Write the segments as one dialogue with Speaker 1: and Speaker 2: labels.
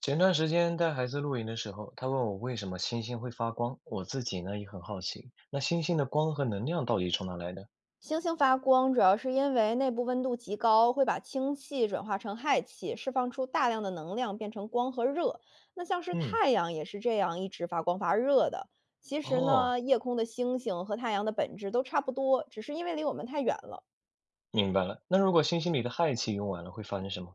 Speaker 1: 前段时间带孩子露营的时候，他问我为什么星星会发光，我自己呢也很好奇，那星星的光和能量到底从哪来的？
Speaker 2: 星星发光主要是因为内部温度极高，会把氢气转化成氦气，释放出大量的能量，变成光和热。那像是
Speaker 1: 嗯。
Speaker 2: 太阳也是这样一直发光发热的。其实
Speaker 1: 哦，
Speaker 2: 呢，夜空的星星和太阳的本质都差不多，只是因为离我们太远了。
Speaker 1: 明白了。那如果星星里的氦气用完了，会发生什么？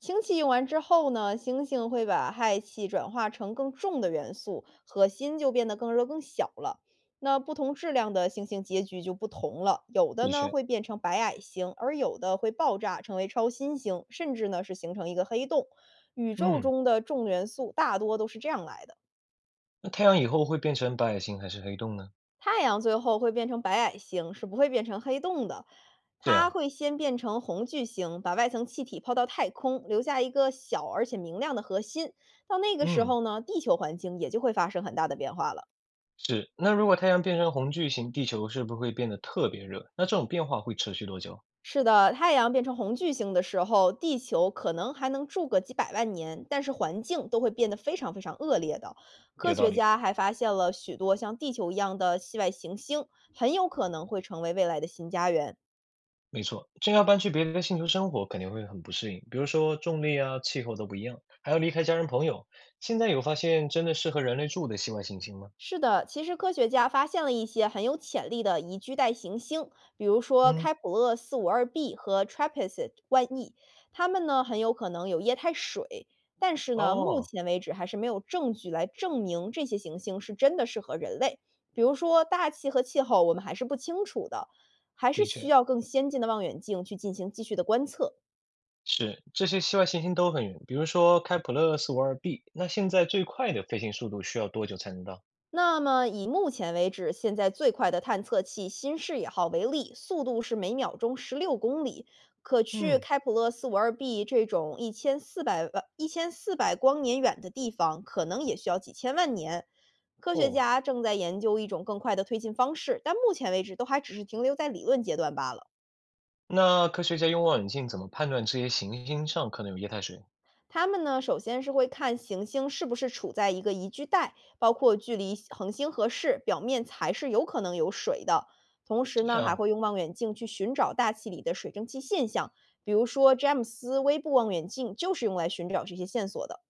Speaker 2: 氢气用完之后呢，星星会把氦气转化成更重的元素，核心就变得更热更小了。那不同质量的星星结局就不同了，有的
Speaker 1: 的
Speaker 2: 呢
Speaker 1: 确。
Speaker 2: 会变成白矮星，而有的会爆炸成为超新星，甚至呢是形成一个黑洞。宇宙
Speaker 1: 嗯。
Speaker 2: 中的重元素大多都是这样来的。
Speaker 1: 那太阳以后会变成白矮星还是黑洞呢？
Speaker 2: 太阳最后会变成白矮星，是不会变成黑洞的。
Speaker 1: 这
Speaker 2: 它
Speaker 1: 样。
Speaker 2: 会先变成红巨星，把外层气体抛到太空，留下一个小而且明亮的核心。到那个时
Speaker 1: 嗯，
Speaker 2: 候呢，地球环境也就会发生很大的变化了。
Speaker 1: 是。那如果太阳变成红巨星，地球是不是会变得特别热？那这种变化会持续多久？
Speaker 2: 是的，太阳变成红巨星的时候，地球可能还能住个几百万年，但是环境都会变得非常非常恶劣的。科
Speaker 1: 有道
Speaker 2: 学
Speaker 1: 理。
Speaker 2: 家还发现了许多像地球一样的系外行星，很有可能会成为未来的新家园。
Speaker 1: 没错，真要搬去别的星球生活，肯定会很不适应，比如说重力啊、气候都不一样，还要离开家人朋友。现在有发现真的适合人类住的系外行星吗？
Speaker 2: 是的，其实科学家发现了一些很有潜力的宜居带行星，比如说
Speaker 1: 嗯。
Speaker 2: 开普勒四五二 b 和 TRAPPIST 万亿，它们呢很有可能有液态水，但是呢，目
Speaker 1: 哦，
Speaker 2: 前为止还是没有证据来证明这些行星是真的适合人类。比如说大气和气候，我们还是不清楚的，还是
Speaker 1: 的
Speaker 2: 需
Speaker 1: 确
Speaker 2: 要更先进的望远镜去进行继续的观测。
Speaker 1: 是，这些系外行星都很远，比如说开普勒452b。那现在最快的飞行速度需要多久才能到？
Speaker 2: 那么以目前为止，现在最快的探测器新视野号为例，速度是每秒钟16公里，可去
Speaker 1: 嗯。
Speaker 2: 开普勒四五二 b 这种一千四百光年远的地方，可能也需要几千万年。科学
Speaker 1: 哦。
Speaker 2: 家正在研究一种更快的推进方式，但目前为止都还只是停留在理论阶段罢了。
Speaker 1: 那科学家用望远镜怎么判断这些行星上可能有液态水？
Speaker 2: 他们呢，首先是会看行星是不是处在一个宜居带，包括距离恒星合适，表面才是有可能有水的。同时呢，还
Speaker 1: 啊，
Speaker 2: 会用望远镜去寻找大气里的水蒸气现象，比如说詹姆斯微布望远镜就是用来寻找这些线索的。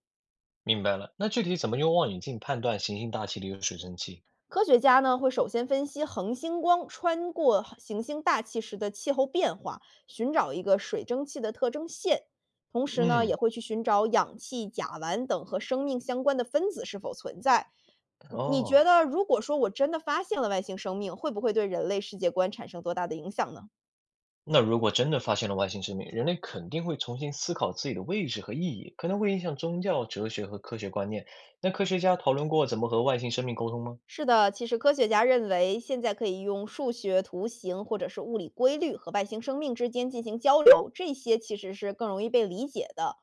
Speaker 1: 明白了。那具体怎么用望远镜判断行星大气里有水蒸气？
Speaker 2: 科学家呢会首先分析恒星光穿过行星大气时的气候变化，寻找一个水蒸气的特征线。同时呢，也
Speaker 1: 嗯。
Speaker 2: 会去寻找氧气、甲烷等和生命相关的分子是否存在。嗯你觉
Speaker 1: 哦。
Speaker 2: 得，如果说我真的发现了外星生命，会不会对人类世界观产生多大的影响呢？
Speaker 1: 那如果真的发现了外星生命，人类肯定会重新思考自己的位置和意义，可能会影响宗教、哲学和科学观念。那科学家讨论过怎么和外星生命沟通吗？
Speaker 2: 是的，其实科学家认为，现在可以用数学图形或者是物理规律和外星生命之间进行交流，这些其实是更容易被理解的。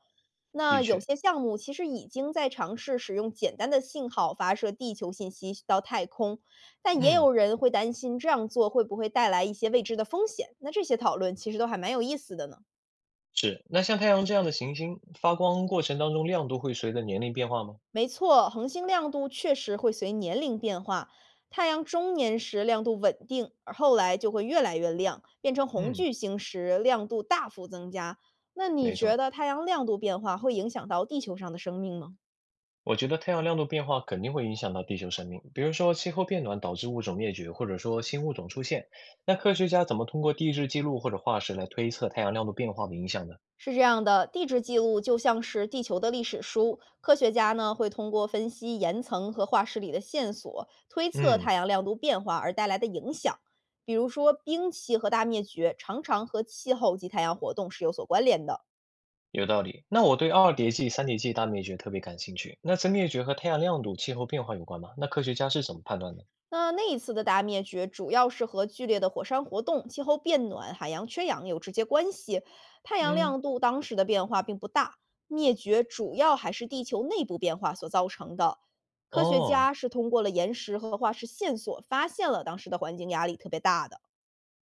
Speaker 2: 那
Speaker 1: 的
Speaker 2: 有
Speaker 1: 确。
Speaker 2: 些项目其实已经在尝试使用简单的信号发射地球信息到太空，但也
Speaker 1: 嗯，
Speaker 2: 有人会担心这样做会不会带来一些未知的风险。那这些讨论其实都还蛮有意思的呢。
Speaker 1: 是。那像太阳这样的行星，发光过程当中亮度会随着年龄变化吗？
Speaker 2: 没错，恒星亮度确实会随年龄变化。太阳中年时亮度稳定，而后来就会越来越亮，变成红
Speaker 1: 嗯。
Speaker 2: 巨星时亮度大幅增加。那你
Speaker 1: 没
Speaker 2: 觉
Speaker 1: 错。
Speaker 2: 得太阳亮度变化会影响到地球上的生命吗？
Speaker 1: 我觉得太阳亮度变化肯定会影响到地球生命，比如说气候变暖导致物种灭绝，或者说新物种出现。那科学家怎么通过地质记录或者化石来推测太阳亮度变化的影响呢？
Speaker 2: 是这样的，地质记录就像是地球的历史书，科学家呢会通过分析岩层和化石里的线索，推测
Speaker 1: 嗯。
Speaker 2: 太阳亮度变化而带来的影响。比如说，冰期和大灭绝常常和气候及太阳活动是有所关联的。
Speaker 1: 有道理。那我对二叠纪、三叠纪大灭绝特别感兴趣。那真灭绝和太阳亮度、气候变化有关吗？那科学家是怎么判断的？
Speaker 2: 那那一次的大灭绝，主要是和剧烈的火山活动、气候变暖、海洋缺氧有直接关系。太阳
Speaker 1: 嗯。
Speaker 2: 亮度当时的变化并不大，灭绝主要还是地球内部变化所造成的。科学
Speaker 1: 哦，
Speaker 2: 家是通过了岩石和化石线索，发现了当时的环境压力特别大的。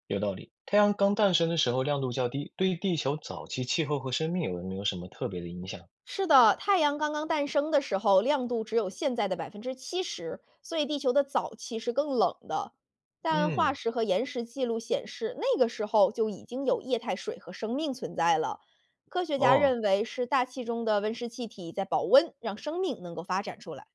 Speaker 1: 有道理。太阳刚诞生的时候亮度较低，对地球早期气候和生命有没有什么特别的影响？
Speaker 2: 是的，太阳刚刚诞生的时候，亮度只有现在的70%，所以地球的早期是更冷的。但化
Speaker 1: 嗯。
Speaker 2: 石和岩石记录显示，那个时候就已经有液态水和生命存在了。科学家
Speaker 1: 哦，
Speaker 2: 认为是大气中的温室气体在保温，让生命能够发展出来。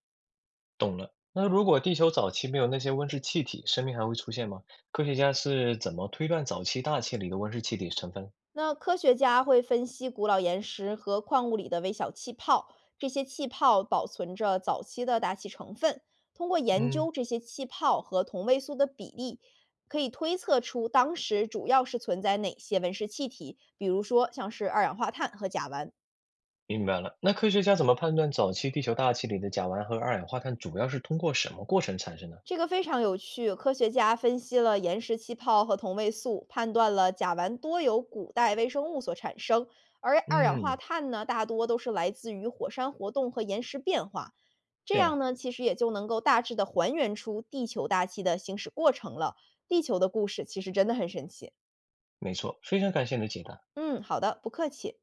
Speaker 1: 懂了。那如果地球早期没有那些温室气体，生命还会出现吗？科学家是怎么推断早期大气里的温室气体成分？
Speaker 2: 那科学家会分析古老岩石和矿物里的微小气泡，这些气泡保存着早期的大气成分。通过研
Speaker 1: 嗯。
Speaker 2: 究这些气泡和同位素的比例，可以推测出当时主要是存在哪些温室气体，比如说像是二氧化碳和甲烷。
Speaker 1: 明白了。那科学家怎么判断早期地球大气里的甲烷和二氧化碳主要是通过什么过程产生的？
Speaker 2: 这个非常有趣，科学家分析了岩石气泡和同位素，判断了甲烷多由古代微生物所产生，而二氧化
Speaker 1: 嗯。
Speaker 2: 碳呢，大多都是来自于火山活动和岩石变化。这
Speaker 1: 这
Speaker 2: 样
Speaker 1: 样，
Speaker 2: 呢，其实也就能够大致的还原出地球大气的行驶过程了。地球的故事其实真的很神奇。
Speaker 1: 没错，非常感谢你的解答。
Speaker 2: 嗯，好的，不客气。